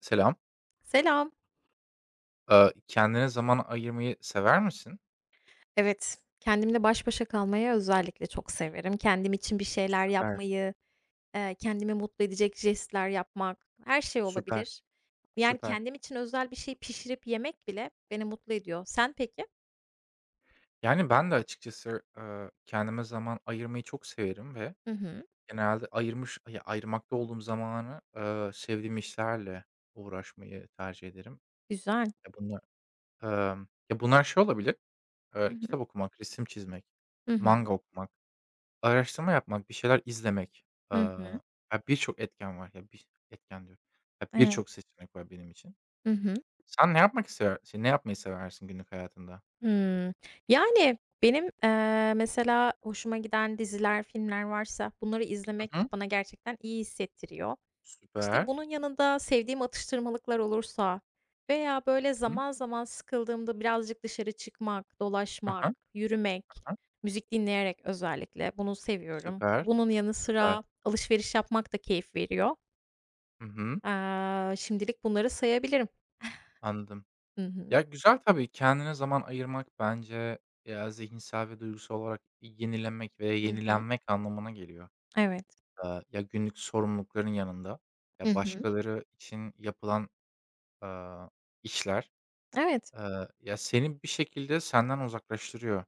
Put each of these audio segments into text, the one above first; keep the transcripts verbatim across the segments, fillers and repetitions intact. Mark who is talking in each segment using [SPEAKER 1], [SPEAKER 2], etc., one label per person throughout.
[SPEAKER 1] Selam.
[SPEAKER 2] Selam.
[SPEAKER 1] Eee, kendine zaman ayırmayı sever misin?
[SPEAKER 2] Evet, kendimle baş başa kalmayı özellikle çok severim. Kendim için bir şeyler
[SPEAKER 1] Süper,
[SPEAKER 2] yapmayı, eee, kendimi mutlu edecek jestler yapmak, her şey
[SPEAKER 1] süper,
[SPEAKER 2] olabilir. Yani,
[SPEAKER 1] süper.
[SPEAKER 2] kendim için özel bir şey pişirip yemek bile beni mutlu ediyor. Sen peki?
[SPEAKER 1] Yani, ben de açıkçası, eee, kendime zaman ayırmayı çok severim ve
[SPEAKER 2] Hı hı.
[SPEAKER 1] genelde ayırmış ya, ayırmakta olduğum zamanı, eee, sevdiğim işlerle uğraşmayı tercih ederim.
[SPEAKER 2] Güzel.
[SPEAKER 1] Ya, bunlar, emm, ya, bunlar şey olabilir,
[SPEAKER 2] Hı
[SPEAKER 1] eee,
[SPEAKER 2] hı.
[SPEAKER 1] kitap okumak, resim çizmek,
[SPEAKER 2] Hı hı.
[SPEAKER 1] manga okumak, araştırma yapmak, bir şeyler izlemek. Eee,
[SPEAKER 2] Hı hı.
[SPEAKER 1] Ya, birçok etken var. Ya, bir etken diyorum. Ya, birçok
[SPEAKER 2] Evet.
[SPEAKER 1] seçenek var benim için.
[SPEAKER 2] Hı hı.
[SPEAKER 1] Sen ne yapmak sever şey, ne yapmayı seversin günlük hayatında?
[SPEAKER 2] Hımm. Yani, benim, eee, mesela hoşuma giden diziler, filmler varsa bunları
[SPEAKER 1] Hı
[SPEAKER 2] izlemek
[SPEAKER 1] hı.
[SPEAKER 2] bana gerçekten iyi hissettiriyor. İşte,
[SPEAKER 1] Süper.
[SPEAKER 2] bunun yanında sevdiğim atıştırmalıklar olursa veya, böyle,
[SPEAKER 1] Hı.
[SPEAKER 2] zaman zaman sıkıldığımda birazcık dışarı çıkmak,
[SPEAKER 1] Hı
[SPEAKER 2] dolaşmak,
[SPEAKER 1] hı.
[SPEAKER 2] yürümek, müzik dinleyerek özellikle bunu seviyorum.
[SPEAKER 1] Süper,
[SPEAKER 2] Bunun yanı
[SPEAKER 1] süper.
[SPEAKER 2] sıra alışveriş yapmak da keyif veriyor.
[SPEAKER 1] Hı hı.
[SPEAKER 2] Aaa, şimdilik bunları sayabilirim.
[SPEAKER 1] Anladım.
[SPEAKER 2] Hı hı.
[SPEAKER 1] Ya, güzel tabii. Kendine zaman ayırmak bence, ya, zihinsel ve duygusal olarak yenilenmek veya
[SPEAKER 2] Hı hı.
[SPEAKER 1] yenilenmek anlamına geliyor.
[SPEAKER 2] Evet.
[SPEAKER 1] Eee, ya, günlük sorumlulukların yanında,
[SPEAKER 2] Hı
[SPEAKER 1] ya,
[SPEAKER 2] hı.
[SPEAKER 1] başkaları için yapılan, aaa, işler,
[SPEAKER 2] Evet.
[SPEAKER 1] eee, ya, seni bir şekilde senden uzaklaştırıyor.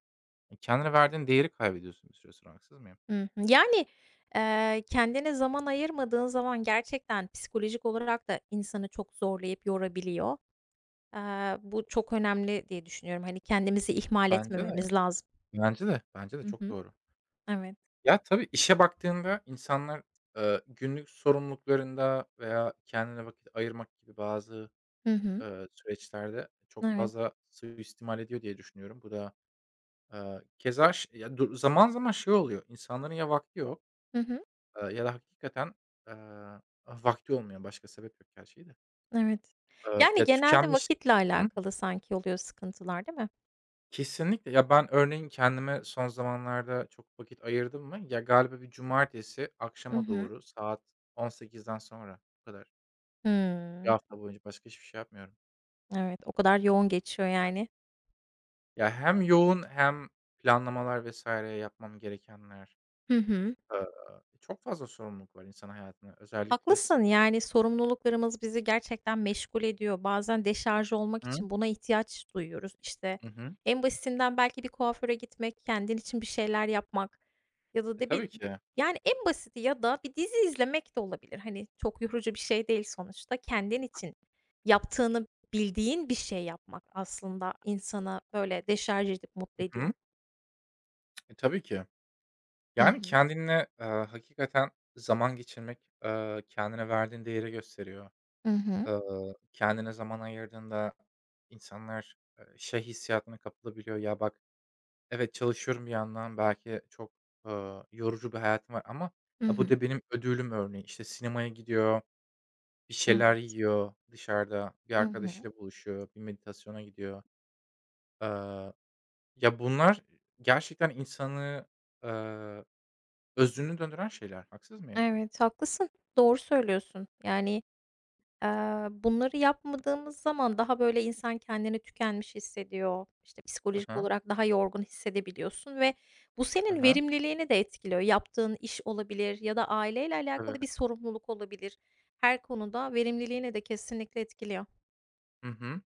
[SPEAKER 1] E, kendine verdiğin değeri kaybediyorsun bir süre sonra. Haksız mıyım?
[SPEAKER 2] Hı hı. Yani, eee, kendine zaman ayırmadığın zaman gerçekten psikolojik olarak da insanı çok zorlayıp yorabiliyor. Eee, bu çok önemli diye düşünüyorum. Hani, kendimizi ihmal
[SPEAKER 1] Bence de.
[SPEAKER 2] etmememiz lazım.
[SPEAKER 1] Bence de. Bence de.
[SPEAKER 2] Hı
[SPEAKER 1] Çok
[SPEAKER 2] hı.
[SPEAKER 1] doğru.
[SPEAKER 2] Evet.
[SPEAKER 1] Ya, tabii işe baktığında insanlar, eee, günlük sorumluluklarında veya kendine vakit ayırmak gibi bazı,
[SPEAKER 2] Hı hı.
[SPEAKER 1] eee, süreçlerde çok
[SPEAKER 2] Evet.
[SPEAKER 1] fazla suistimal ediyor diye düşünüyorum. Bu da, eee, keza ş ya, du zaman zaman şey oluyor. İnsanların ya vakti yok,
[SPEAKER 2] Hı hı.
[SPEAKER 1] eee, ya da hakikaten, eee, vakti olmuyor. Başka sebep yok gerçi de.
[SPEAKER 2] Evet.
[SPEAKER 1] Eee,
[SPEAKER 2] Yani,
[SPEAKER 1] ya
[SPEAKER 2] genelde
[SPEAKER 1] tükenmiş
[SPEAKER 2] vakitle
[SPEAKER 1] hı.
[SPEAKER 2] alakalı sanki oluyor sıkıntılar, değil mi?
[SPEAKER 1] Kesinlikle. Ya, ben örneğin kendime son zamanlarda çok vakit ayırdım mı, ya, galiba bir cumartesi
[SPEAKER 2] I
[SPEAKER 1] akşama
[SPEAKER 2] hı.
[SPEAKER 1] doğru saat on sekizden sonra. Bu kadar. Bir
[SPEAKER 2] Hımm.
[SPEAKER 1] hafta boyunca başka hiçbir şey yapmıyorum.
[SPEAKER 2] Evet, o kadar yoğun geçiyor yani.
[SPEAKER 1] Ya, hem yoğun hem planlamalar vesaire yapmam gerekenler.
[SPEAKER 2] Hı hı.
[SPEAKER 1] Eee, Çok fazla sorumluluk var insan hayatında. Özellikle s
[SPEAKER 2] Haklısın, yani, sorumluluklarımız bizi gerçekten meşgul ediyor. Bazen deşarj olmak
[SPEAKER 1] Hı,
[SPEAKER 2] için buna ihtiyaç duyuyoruz. İşte,
[SPEAKER 1] hı hı.
[SPEAKER 2] en basitinden belki bir kuaföre gitmek, kendin için bir şeyler yapmak ya da
[SPEAKER 1] E,
[SPEAKER 2] de bir
[SPEAKER 1] tabii ki.
[SPEAKER 2] yani, en basiti ya da bir dizi izlemek de olabilir. Hani, çok yorucu bir şey değil sonuçta. Kendin için yaptığını bildiğin bir şey yapmak aslında insana böyle, deşarj edip mutlu
[SPEAKER 1] Hı
[SPEAKER 2] ediyor.
[SPEAKER 1] hı. E, tabii ki.
[SPEAKER 2] Hı
[SPEAKER 1] Yani
[SPEAKER 2] hı.
[SPEAKER 1] kendinle, eee, hakikaten zaman geçirmek, eee, kendine verdiğin değeri gösteriyor.
[SPEAKER 2] Hı hı.
[SPEAKER 1] Iıı, kendine zaman ayırdığında insanlar, eee, şey hissiyatına kapılabiliyor, "Ya, bak, evet, çalışıyorum bir yandan, belki çok, ııı, yorucu bir hayatım var ama
[SPEAKER 2] Hı
[SPEAKER 1] ya, bu
[SPEAKER 2] hı.
[SPEAKER 1] da benim ödülüm." örneği İşte, sinemaya gidiyor, bir şeyler
[SPEAKER 2] Evet.
[SPEAKER 1] yiyor dışarıda, bir
[SPEAKER 2] Hı hı.
[SPEAKER 1] arkadaşıyla buluşuyor, bir meditasyona gidiyor. Iıı, Ya, bunlar gerçekten insanı, ııı, özünü döndüren şeyler. Haksız mıyım?
[SPEAKER 2] Evet, haklısın. Doğru söylüyorsun. Yani, Eee, bunları yapmadığımız zaman daha böyle insan kendini tükenmiş hissediyor. İşte, psikolojik
[SPEAKER 1] Aha,
[SPEAKER 2] olarak daha yorgun hissedebiliyorsun ve bu senin
[SPEAKER 1] aha.
[SPEAKER 2] verimliliğini de etkiliyor. Yaptığın iş olabilir ya da aileyle
[SPEAKER 1] Hı, tabii.
[SPEAKER 2] alakalı bir sorumluluk olabilir. Her konuda verimliliğini de kesinlikle etkiliyor.
[SPEAKER 1] Hı hı.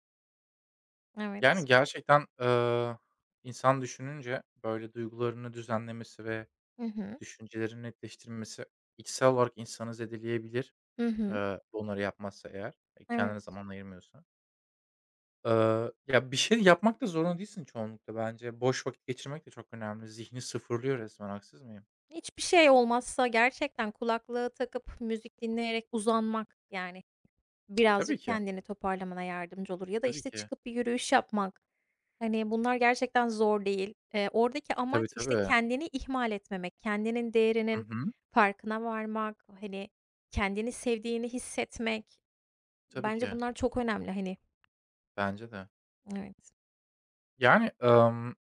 [SPEAKER 1] Yani,
[SPEAKER 2] Evet.
[SPEAKER 1] gerçekten, eee, insan düşününce böyle duygularını düzenlemesi ve
[SPEAKER 2] Hı hı.
[SPEAKER 1] düşüncelerini netleştirmesi içsel olarak insanı zedeleyebilir,
[SPEAKER 2] Hı hı.
[SPEAKER 1] eee, bunları yapmazsa eğer, e, kendine
[SPEAKER 2] Evet.
[SPEAKER 1] zaman ayırmıyorsa. Eee, ya, bir şey yapmak da zorunda değilsin çoğunlukla bence. Boş vakit geçirmek de çok önemli. Zihni sıfırlıyor resmen, haksız mıyım?
[SPEAKER 2] Hiçbir şey olmazsa gerçekten kulaklığı takıp müzik dinleyerek uzanmak, yani
[SPEAKER 1] E, tabii
[SPEAKER 2] birazcık
[SPEAKER 1] ki,
[SPEAKER 2] kendini toparlamana yardımcı olur ya da,
[SPEAKER 1] tabii
[SPEAKER 2] işte,
[SPEAKER 1] ki.
[SPEAKER 2] çıkıp bir yürüyüş yapmak. Hani, bunlar gerçekten zor değil. Eee, oradaki
[SPEAKER 1] E, tabii,
[SPEAKER 2] amaç, işte,
[SPEAKER 1] tabii.
[SPEAKER 2] kendini ihmal etmemek, kendinin
[SPEAKER 1] Hı
[SPEAKER 2] değerinin
[SPEAKER 1] hı.
[SPEAKER 2] farkına varmak, hani, kendini sevdiğini hissetmek.
[SPEAKER 1] Tabii
[SPEAKER 2] Bence
[SPEAKER 1] ki.
[SPEAKER 2] bunlar çok önemli, hani.
[SPEAKER 1] Bence de.
[SPEAKER 2] Evet.
[SPEAKER 1] Yani, emm,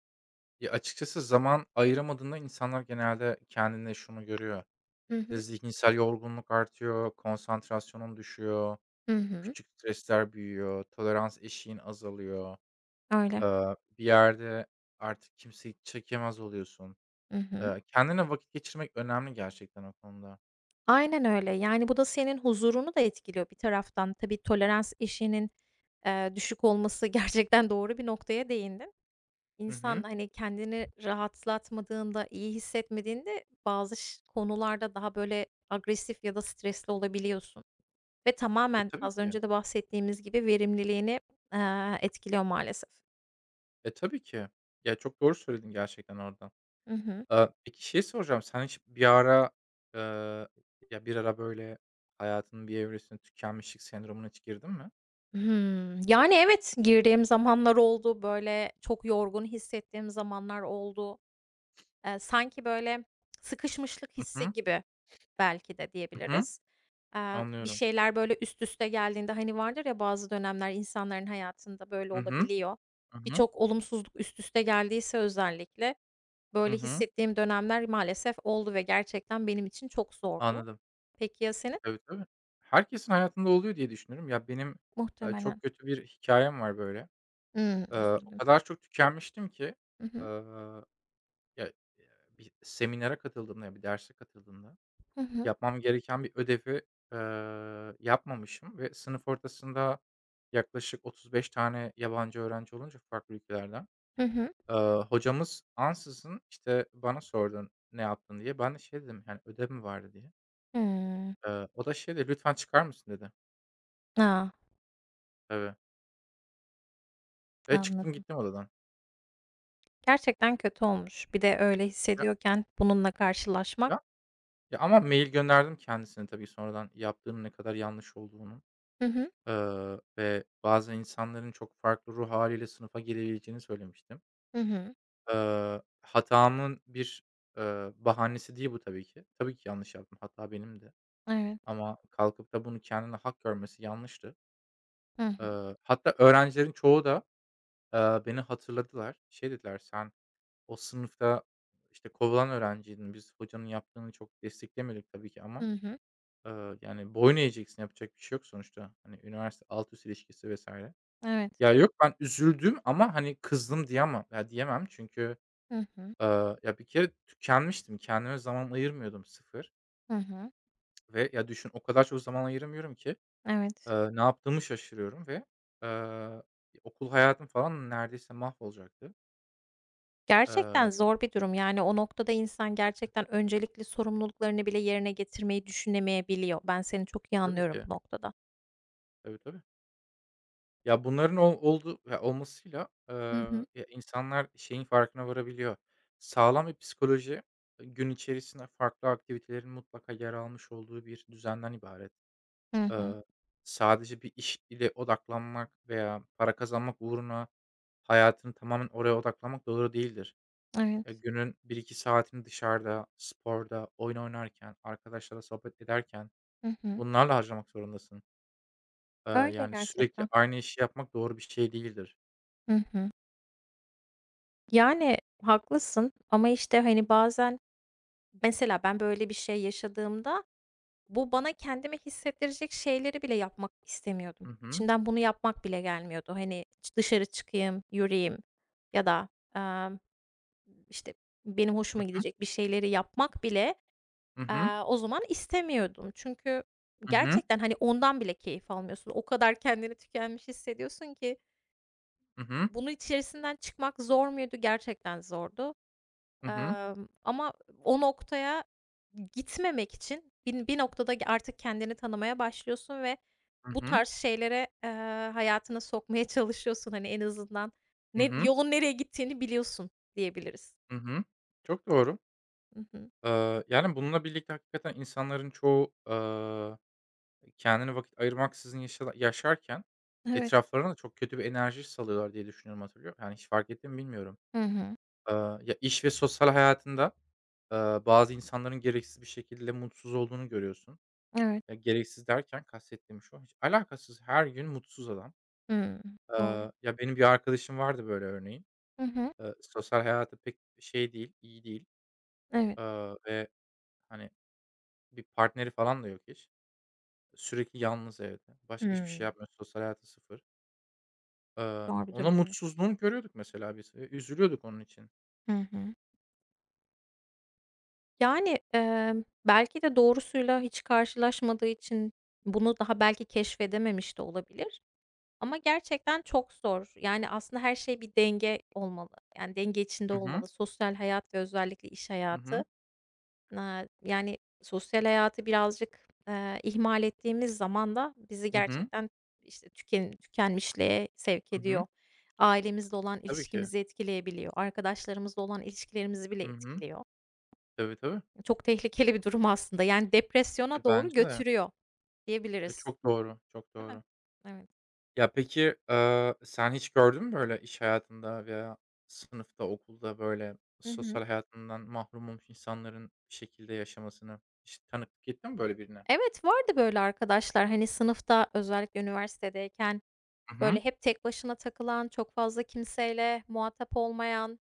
[SPEAKER 1] ya, açıkçası zaman ayıramadığında insanlar genelde kendinde şunu görüyor.
[SPEAKER 2] Hı
[SPEAKER 1] İşte,
[SPEAKER 2] hı.
[SPEAKER 1] zihinsel yorgunluk artıyor, konsantrasyonun düşüyor,
[SPEAKER 2] Hı hı.
[SPEAKER 1] küçük stresler büyüyor, tolerans eşiğin azalıyor.
[SPEAKER 2] Öyle.
[SPEAKER 1] Eee, bir yerde artık kimseyi çekemez oluyorsun.
[SPEAKER 2] Hı hı.
[SPEAKER 1] Eee, kendine vakit geçirmek önemli gerçekten o konuda.
[SPEAKER 2] Aynen öyle. Yani, bu da senin huzurunu da etkiliyor bir taraftan. Tabii tolerans işinin eee, düşük olması gerçekten doğru bir noktaya değindin.
[SPEAKER 1] Hı
[SPEAKER 2] İnsan,
[SPEAKER 1] hı.
[SPEAKER 2] hani, kendini rahatlatmadığında, iyi hissetmediğinde bazı ş konularda daha, böyle, agresif ya da stresli olabiliyorsun ve
[SPEAKER 1] E,
[SPEAKER 2] tamamen
[SPEAKER 1] tabii
[SPEAKER 2] az
[SPEAKER 1] ki.
[SPEAKER 2] önce de bahsettiğimiz gibi verimliliğini, eee, etkiliyor maalesef.
[SPEAKER 1] E, tabii ki. Ya, çok doğru söyledin gerçekten orada.
[SPEAKER 2] Hı hı.
[SPEAKER 1] Eee, peki şey soracağım, sen hiç bir ara, eee, ya, bir ara böyle hayatının bir evresinde tükenmişlik sendromuna hiç girdin mi?
[SPEAKER 2] Hımm. Yani, evet, girdiğim zamanlar oldu, böyle, çok yorgun hissettiğim zamanlar oldu. Eee, sanki böyle sıkışmışlık
[SPEAKER 1] Hı
[SPEAKER 2] hissi
[SPEAKER 1] hı.
[SPEAKER 2] gibi belki de
[SPEAKER 1] Hı hı.
[SPEAKER 2] diyebiliriz. Eee, bir
[SPEAKER 1] Anlıyorum.
[SPEAKER 2] şeyler böyle üst üste geldiğinde, hani, vardır ya bazı dönemler insanların hayatında böyle
[SPEAKER 1] Hı hı.
[SPEAKER 2] olabiliyor.
[SPEAKER 1] Hı hı.
[SPEAKER 2] Birçok olumsuzluk üst üste geldiyse özellikle
[SPEAKER 1] Hı
[SPEAKER 2] böyle
[SPEAKER 1] hı.
[SPEAKER 2] hissettiğim dönemler maalesef oldu ve gerçekten benim için çok zordu.
[SPEAKER 1] Anladım.
[SPEAKER 2] Peki ya senin?
[SPEAKER 1] Tabii, tabii. Herkesin hayatında oluyor diye düşünüyorum. Ya, benim, eee,
[SPEAKER 2] Muhtemelen.
[SPEAKER 1] çok kötü bir hikayem var böyle.
[SPEAKER 2] Hımm,
[SPEAKER 1] Eee, o
[SPEAKER 2] üzüldüm.
[SPEAKER 1] kadar çok tükenmiştim ki,
[SPEAKER 2] Hı hı.
[SPEAKER 1] eee, ya, eee, bir seminere katıldığımda ya bir derse katıldığımda
[SPEAKER 2] Hı hı.
[SPEAKER 1] yapmam gereken bir ödevi, eee, yapmamışım ve sınıf ortasında yaklaşık otuz beş tane yabancı öğrenci olunca farklı ülkelerden,
[SPEAKER 2] Hı hı.
[SPEAKER 1] eee, hocamız ansızın, işte, bana sordu "Ne yaptın?" diye. Ben de şey dedim, yani, "Ödev mi vardı?" diye.
[SPEAKER 2] Hımm.
[SPEAKER 1] Eee, o da şey dedi, "Lütfen çıkar mısın?" dedi.
[SPEAKER 2] A!
[SPEAKER 1] Tabii. Ve çıktım
[SPEAKER 2] Anladım.
[SPEAKER 1] gittim odadan.
[SPEAKER 2] Gerçekten kötü olmuş. Bir de öyle
[SPEAKER 1] Ya
[SPEAKER 2] hissediyorken bununla
[SPEAKER 1] ya
[SPEAKER 2] karşılaşmak.
[SPEAKER 1] Ya, ama mail gönderdim kendisine tabii sonradan yaptığının ne kadar yanlış olduğunu,
[SPEAKER 2] Hı hı.
[SPEAKER 1] eee, ve bazen insanların çok farklı ruh haliyle sınıfa gelebileceğini söylemiştim.
[SPEAKER 2] Hı hı.
[SPEAKER 1] Eee, hatamın bir, eee, bahanesi değil bu tabii ki. Tabii ki yanlış yaptım, hata benim de
[SPEAKER 2] Evet.
[SPEAKER 1] ama kalkıp da bunu kendine hak görmesi yanlıştı.
[SPEAKER 2] Hı hı.
[SPEAKER 1] Eee, hatta öğrencilerin çoğu da, eee, beni hatırladılar. Şey dediler, "Sen o sınıfta, işte, kovulan öğrenciydin. Biz hocanın yaptığını çok desteklemedik tabii ki ama".
[SPEAKER 2] Hı hı.
[SPEAKER 1] Eee, yani boyun eğeceksin, yapacak bir şey yok sonuçta. Hani üniversite alt üst ilişkisi vesaire.
[SPEAKER 2] Evet.
[SPEAKER 1] Ya, yok ben üzüldüm ama, hani, kızdım diyemem. Ya, diyemem çünkü,
[SPEAKER 2] Hı hı.
[SPEAKER 1] eee, ya, bir kere tükenmiştim. Kendime zaman ayırmıyordum, sıfır
[SPEAKER 2] Hı hı.
[SPEAKER 1] ve ya, düşün o kadar çok zaman ayıramıyorum ki,
[SPEAKER 2] Evet.
[SPEAKER 1] eee, ne yaptığımı şaşırıyorum ve, eee, okul hayatım falan neredeyse mahvolacaktı.
[SPEAKER 2] Gerçekten
[SPEAKER 1] Eee,
[SPEAKER 2] zor bir durum. Yani o noktada insan gerçekten öncelikli sorumluluklarını bile yerine getirmeyi düşünemeyebiliyor. Ben seni çok iyi
[SPEAKER 1] tabii
[SPEAKER 2] anlıyorum
[SPEAKER 1] ki.
[SPEAKER 2] bu noktada.
[SPEAKER 1] Tabii, tabii. Ya, bunların ol oldu ya, olmasıyla, eee,
[SPEAKER 2] Hı hı.
[SPEAKER 1] ya, insanlar şeyin farkına varabiliyor. Sağlam bir psikoloji, e, gün içerisinde farklı aktivitelerin mutlaka yer almış olduğu bir düzenden ibaret.
[SPEAKER 2] Hı hı.
[SPEAKER 1] Eee, Sadece bir iş ile odaklanmak veya para kazanmak uğruna hayatını tamamen oraya odaklamak doğru değildir. Ya,
[SPEAKER 2] Evet.
[SPEAKER 1] günün bir iki saatini dışarıda, sporda, oyun oynarken, arkadaşlarla sohbet ederken
[SPEAKER 2] Hı hı.
[SPEAKER 1] bunlarla harcamak zorundasın. Eee,
[SPEAKER 2] Öyle
[SPEAKER 1] yani, sürekli
[SPEAKER 2] gerçekten.
[SPEAKER 1] aynı işi yapmak doğru bir şey değildir.
[SPEAKER 2] Hı hı. Yani haklısın ama işte hani bazen mesela ben böyle bir şey yaşadığımda bu bana kendimi hissettirecek şeyleri bile yapmak istemiyordum.
[SPEAKER 1] Hı hı.
[SPEAKER 2] İçimden bunu yapmak bile gelmiyordu. Hani ç- dışarı çıkayım, yürüyeyim ya da eee, işte benim hoşuma
[SPEAKER 1] Hı
[SPEAKER 2] gidecek bir şeyleri yapmak bile eee,
[SPEAKER 1] hı.
[SPEAKER 2] o zaman istemiyordum. Çünkü
[SPEAKER 1] Hı hı.
[SPEAKER 2] gerçekten hani ondan bile keyif almıyorsun. O kadar kendini tükenmiş hissediyorsun ki
[SPEAKER 1] Hı hı.
[SPEAKER 2] bunun içerisinden çıkmak zor muydu? Gerçekten zordu.
[SPEAKER 1] Hı hı.
[SPEAKER 2] Emm, ama o noktaya gitmemek için bin bir noktada artık kendini tanımaya başlıyorsun ve
[SPEAKER 1] Hı
[SPEAKER 2] bu
[SPEAKER 1] hı.
[SPEAKER 2] tarz şeylere, eee, hayatına sokmaya çalışıyorsun. Hani, en azından
[SPEAKER 1] Hı
[SPEAKER 2] ne
[SPEAKER 1] hı.
[SPEAKER 2] yolun nereye gittiğini biliyorsun diyebiliriz.
[SPEAKER 1] Hı hı. Çok doğru.
[SPEAKER 2] Hı hı.
[SPEAKER 1] Eee, yani, bununla birlikte hakikaten insanların çoğu, eee, kendine vakit ayırmaksızın yaşa yaşarken
[SPEAKER 2] Evet.
[SPEAKER 1] etraflarına da çok kötü bir enerji salıyorlar diye düşünüyorum, hatırlıyor. Yani, hiç fark ettin mi bilmiyorum.
[SPEAKER 2] Hı hı.
[SPEAKER 1] Eee, Ya, iş ve sosyal hayatında, eee, bazı insanların gereksiz bir şekilde mutsuz olduğunu görüyorsun.
[SPEAKER 2] Evet.
[SPEAKER 1] Ya, gereksiz derken kastettiğim şu, hiç alakasız her gün mutsuz adam.
[SPEAKER 2] Hıı. Doğru.
[SPEAKER 1] Eee, ya, benim bir arkadaşım vardı böyle örneğin.
[SPEAKER 2] Hı hı.
[SPEAKER 1] Eee, sosyal hayatı pek şey değil, iyi değil,
[SPEAKER 2] Evet.
[SPEAKER 1] eee, ve, hani, bir partneri falan da yok hiç. Sürekli yalnız evde. Başka hiçbir
[SPEAKER 2] Hıı.
[SPEAKER 1] şey yapmıyor. Sosyal hayatı sıfır. Eee,
[SPEAKER 2] Zor bir
[SPEAKER 1] onun
[SPEAKER 2] durum, evet.
[SPEAKER 1] mutsuzluğunu görüyorduk mesela biz. Eee, üzülüyorduk onun için.
[SPEAKER 2] Hı hı. Yani, emm, belki de doğrusuyla hiç karşılaşmadığı için bunu daha belki keşfedememiş de olabilir. Ama gerçekten çok zor. Yani, aslında her şey bir denge olmalı. Yani, denge içinde
[SPEAKER 1] Hı hı.
[SPEAKER 2] olmalı. Sosyal hayat ve özellikle iş
[SPEAKER 1] Hı
[SPEAKER 2] hayatı.
[SPEAKER 1] hı.
[SPEAKER 2] Aaa, yani, sosyal hayatı birazcık, eee, ihmal ettiğimiz zaman da bizi
[SPEAKER 1] Hı hı.
[SPEAKER 2] gerçekten, işte, tüken tükenmişliğe sevk
[SPEAKER 1] Hı hı.
[SPEAKER 2] ediyor. Ailemizle olan
[SPEAKER 1] Tabii ki.
[SPEAKER 2] ilişkimizi etkileyebiliyor. Arkadaşlarımızla olan ilişkilerimizi bile
[SPEAKER 1] Hı hı.
[SPEAKER 2] etkiliyor.
[SPEAKER 1] Tabii, tabii.
[SPEAKER 2] Çok tehlikeli bir durum aslında. Yani,
[SPEAKER 1] Ya,
[SPEAKER 2] depresyona doğru
[SPEAKER 1] bence de.
[SPEAKER 2] götürüyor
[SPEAKER 1] E,
[SPEAKER 2] diyebiliriz,
[SPEAKER 1] çok doğru, çok
[SPEAKER 2] değil mi?
[SPEAKER 1] doğru.
[SPEAKER 2] Evet.
[SPEAKER 1] Ya, peki, eee, sen hiç gördün mü böyle iş hayatında veya sınıfta, okulda böyle
[SPEAKER 2] Hı hı.
[SPEAKER 1] sosyal hayatından mahrum olmuş insanların bir şekilde yaşamasını? Hiç tanıklık ettin mi böyle birine?
[SPEAKER 2] Evet, vardı böyle arkadaşlar. Hani sınıfta özellikle üniversitedeyken
[SPEAKER 1] Hı hı.
[SPEAKER 2] böyle hep tek başına takılan, çok fazla kimseyle muhatap olmayan,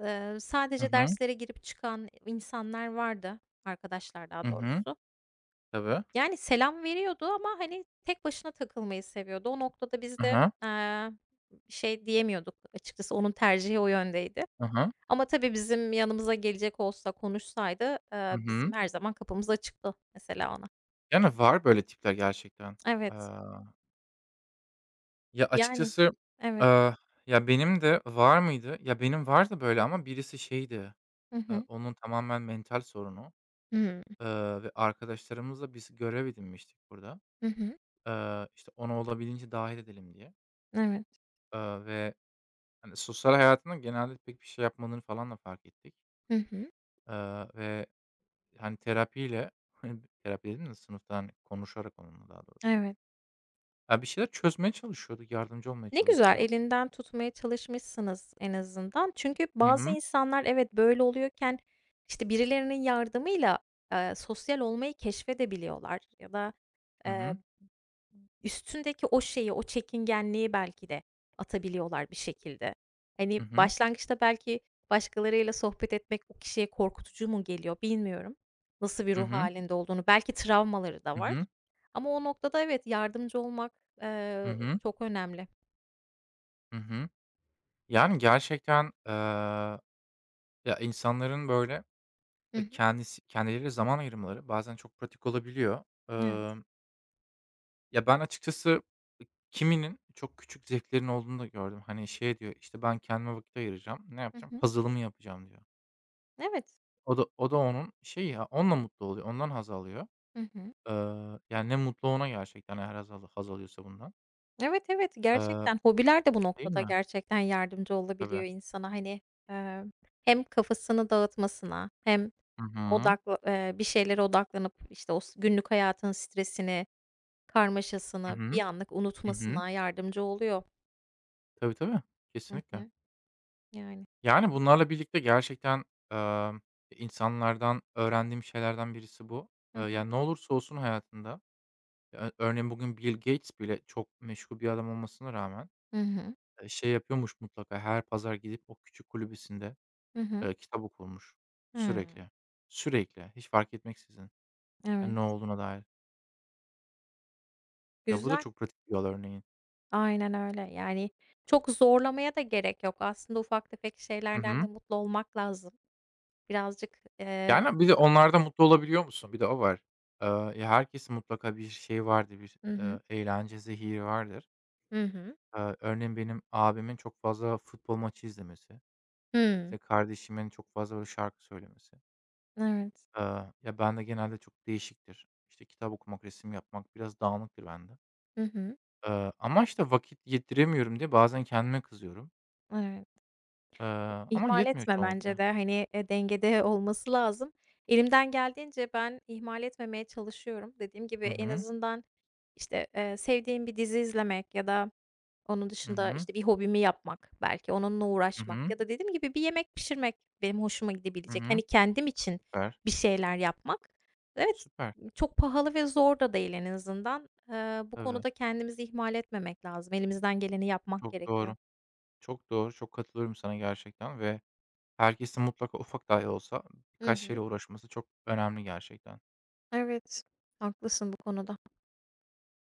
[SPEAKER 2] eee,
[SPEAKER 1] Hı
[SPEAKER 2] sadece
[SPEAKER 1] hı.
[SPEAKER 2] derslere girip çıkan insanlar vardı. Arkadaşlar daha
[SPEAKER 1] Hı hı.
[SPEAKER 2] doğrusu.
[SPEAKER 1] Tabii.
[SPEAKER 2] Yani selam veriyordu ama hani tek başına takılmayı seviyordu. O noktada biz
[SPEAKER 1] Hı
[SPEAKER 2] de,
[SPEAKER 1] hı.
[SPEAKER 2] eee, şey diyemiyorduk açıkçası onun tercihi o yöndeydi.
[SPEAKER 1] Hı hı.
[SPEAKER 2] Ama tabii bizim yanımıza gelecek olsa konuşsaydı, eee,
[SPEAKER 1] Hı hı.
[SPEAKER 2] bizim her zaman kapımız açıktı mesela ona.
[SPEAKER 1] Yani, var böyle tipler gerçekten. Eee,
[SPEAKER 2] Evet.
[SPEAKER 1] Ya,
[SPEAKER 2] Yani,
[SPEAKER 1] açıkçası,
[SPEAKER 2] evet.
[SPEAKER 1] eee, ya, benim de var mıydı? Ya, benim vardı böyle ama birisi şeydi,
[SPEAKER 2] Hı
[SPEAKER 1] eee,
[SPEAKER 2] hı.
[SPEAKER 1] onun tamamen mental sorunu,
[SPEAKER 2] Hımm.
[SPEAKER 1] eee, ve arkadaşlarımızla biz görev edinmiştik burada.
[SPEAKER 2] Hı hı.
[SPEAKER 1] Eee, işte, onu olabildiğince dahil edelim diye,
[SPEAKER 2] Evet.
[SPEAKER 1] eee, ve, hani, sosyal hayatında genelde pek bir şey yapmadığını falan da fark ettik.
[SPEAKER 2] Hı hı.
[SPEAKER 1] Eee, ve, hani, terapiyle, hani, terapi dedim de sınıfta, hani, konuşarak onunla daha doğrusu,
[SPEAKER 2] Evet.
[SPEAKER 1] ya, bir şeyler çözmeye çalışıyorduk, yardımcı olmaya
[SPEAKER 2] Ne güzel,
[SPEAKER 1] çalışıyorduk.
[SPEAKER 2] elinden tutmaya çalışmışsınız en azından. Çünkü
[SPEAKER 1] Hı
[SPEAKER 2] bazı
[SPEAKER 1] hı.
[SPEAKER 2] insanlar evet, böyle oluyorken, işte, birilerinin yardımıyla, eee, sosyal olmayı keşfedebiliyorlar ya da,
[SPEAKER 1] Hı
[SPEAKER 2] eee,
[SPEAKER 1] hı.
[SPEAKER 2] üstündeki o şeyi, o çekingenliği belki de atabiliyorlar bir şekilde. Hani,
[SPEAKER 1] Hı hı.
[SPEAKER 2] başlangıçta belki başkalarıyla sohbet etmek o kişiye korkutucu mu geliyor bilmiyorum. Nasıl bir
[SPEAKER 1] Hı
[SPEAKER 2] ruh
[SPEAKER 1] hı.
[SPEAKER 2] halinde olduğunu, belki travmaları da
[SPEAKER 1] Hı
[SPEAKER 2] var.
[SPEAKER 1] hı.
[SPEAKER 2] Ama o noktada evet, yardımcı olmak,
[SPEAKER 1] Hı
[SPEAKER 2] eee,
[SPEAKER 1] hı.
[SPEAKER 2] çok önemli.
[SPEAKER 1] Hı hı. Yani, gerçekten, eee, ya, insanların böyle,
[SPEAKER 2] Hı
[SPEAKER 1] eee,
[SPEAKER 2] hı.
[SPEAKER 1] kendisi kendileri zaman ayırmaları bazen çok pratik olabiliyor.
[SPEAKER 2] Evet.
[SPEAKER 1] Ya, ben açıkçası kiminin çok küçük zevklerin olduğunu da gördüm. Hani, şey diyor, işte, "Ben kendime vakit ayıracağım. Ne
[SPEAKER 2] Hı
[SPEAKER 1] yapacağım?
[SPEAKER 2] hı.
[SPEAKER 1] Puzzle'ımı yapacağım." diyor.
[SPEAKER 2] Evet.
[SPEAKER 1] O da o da onun şeyi ya, onunla mutlu oluyor, ondan haz alıyor.
[SPEAKER 2] Hı hı.
[SPEAKER 1] Eee, Yani, ne mutlu ona gerçekten eğer haz al haz alıyorsa bundan.
[SPEAKER 2] Evet, evet,
[SPEAKER 1] Eee,
[SPEAKER 2] gerçekten hobiler de bu
[SPEAKER 1] Değil
[SPEAKER 2] noktada
[SPEAKER 1] mi?
[SPEAKER 2] gerçekten yardımcı olabiliyor
[SPEAKER 1] Tabii.
[SPEAKER 2] insana. Hani, eee, hem kafasını dağıtmasına hem
[SPEAKER 1] Hı hı.
[SPEAKER 2] odakla eee, bir şeylere odaklanıp, işte, o s günlük hayatın stresini,
[SPEAKER 1] Hı
[SPEAKER 2] karmaşasını bir
[SPEAKER 1] hı.
[SPEAKER 2] anlık
[SPEAKER 1] Hı hı.
[SPEAKER 2] unutmasına yardımcı oluyor.
[SPEAKER 1] Tabii, tabii.
[SPEAKER 2] Hı
[SPEAKER 1] Kesinlikle.
[SPEAKER 2] hı. Yani,
[SPEAKER 1] Yani,
[SPEAKER 2] evet.
[SPEAKER 1] bunlarla birlikte gerçekten, emm, insanlardan öğrendiğim şeylerden birisi bu.
[SPEAKER 2] Hı
[SPEAKER 1] Eee,
[SPEAKER 2] hı.
[SPEAKER 1] yani, ne olursa olsun hayatında ya, örneğin bugün Bill Gates bile çok meşgul bir adam olmasına rağmen,
[SPEAKER 2] Hı hı.
[SPEAKER 1] eee, şey yapıyormuş mutlaka her pazar gidip o küçük kulübesinde,
[SPEAKER 2] Hı hı.
[SPEAKER 1] eee, kitap okurmuş
[SPEAKER 2] Hımm.
[SPEAKER 1] sürekli. Sürekli, hiç fark etmeksizin, hani, ne
[SPEAKER 2] Evet.
[SPEAKER 1] olduğuna dair. Ya, bu da
[SPEAKER 2] Güzel.
[SPEAKER 1] çok pratik bir yol örneğin.
[SPEAKER 2] Aynen öyle. Yani, çok zorlamaya da gerek yok. Aslında ufak tefek
[SPEAKER 1] Hı
[SPEAKER 2] şeylerden de
[SPEAKER 1] hı.
[SPEAKER 2] mutlu olmak lazım. Birazcık, eee.
[SPEAKER 1] Yani, bir de onlarda mutlu olabiliyor musun? Bir de o var. Eee, ya, herkesin mutlaka bir şeyi vardır, bir,
[SPEAKER 2] Hı hı.
[SPEAKER 1] eee, eğlence zehiri vardır.
[SPEAKER 2] Hı hı.
[SPEAKER 1] Eee, örneğin benim abimin çok fazla futbol maçı izlemesi,
[SPEAKER 2] Hımm.
[SPEAKER 1] işte, kardeşimin çok fazla böyle şarkı söylemesi.
[SPEAKER 2] Evet.
[SPEAKER 1] Eee, ya, bende genelde çok değişiktir. İşte, kitap okumak, resim yapmak biraz dağınıktır bende.
[SPEAKER 2] Hı hı.
[SPEAKER 1] Eee, ama, işte, vakit yediremiyorum diye bazen kendime kızıyorum.
[SPEAKER 2] Evet.
[SPEAKER 1] Eee, Ama
[SPEAKER 2] İhmal
[SPEAKER 1] yetmiyor
[SPEAKER 2] etme bence
[SPEAKER 1] çoğunlukla.
[SPEAKER 2] de. Hani, eee, dengede olması lazım. Elimden geldiğince ben ihmal etmemeye çalışıyorum. Dediğim gibi
[SPEAKER 1] Hı
[SPEAKER 2] en
[SPEAKER 1] hı.
[SPEAKER 2] azından, işte, eee, sevdiğim bir dizi izlemek ya da onun
[SPEAKER 1] Hı
[SPEAKER 2] dışında,
[SPEAKER 1] hı.
[SPEAKER 2] işte, bir hobimi yapmak, belki onunla
[SPEAKER 1] Hı
[SPEAKER 2] uğraşmak
[SPEAKER 1] hı.
[SPEAKER 2] ya da dediğim gibi bir yemek pişirmek benim hoşuma
[SPEAKER 1] Hı
[SPEAKER 2] gidebilecek. Hani,
[SPEAKER 1] hı.
[SPEAKER 2] kendim için
[SPEAKER 1] Süper,
[SPEAKER 2] bir şeyler yapmak. Evet,
[SPEAKER 1] süper.
[SPEAKER 2] çok pahalı ve zor da değil en azından. Eee, bu
[SPEAKER 1] Tabii.
[SPEAKER 2] konuda kendimizi ihmal etmemek lazım. Elimizden geleni yapmak
[SPEAKER 1] Çok
[SPEAKER 2] gerekiyor.
[SPEAKER 1] doğru. Çok doğru. Çok katılıyorum sana gerçekten ve herkesin mutlaka ufak dahi olsa
[SPEAKER 2] Hı
[SPEAKER 1] birkaç
[SPEAKER 2] hı.
[SPEAKER 1] şeyle uğraşması çok önemli gerçekten.
[SPEAKER 2] Evet, haklısın bu konuda.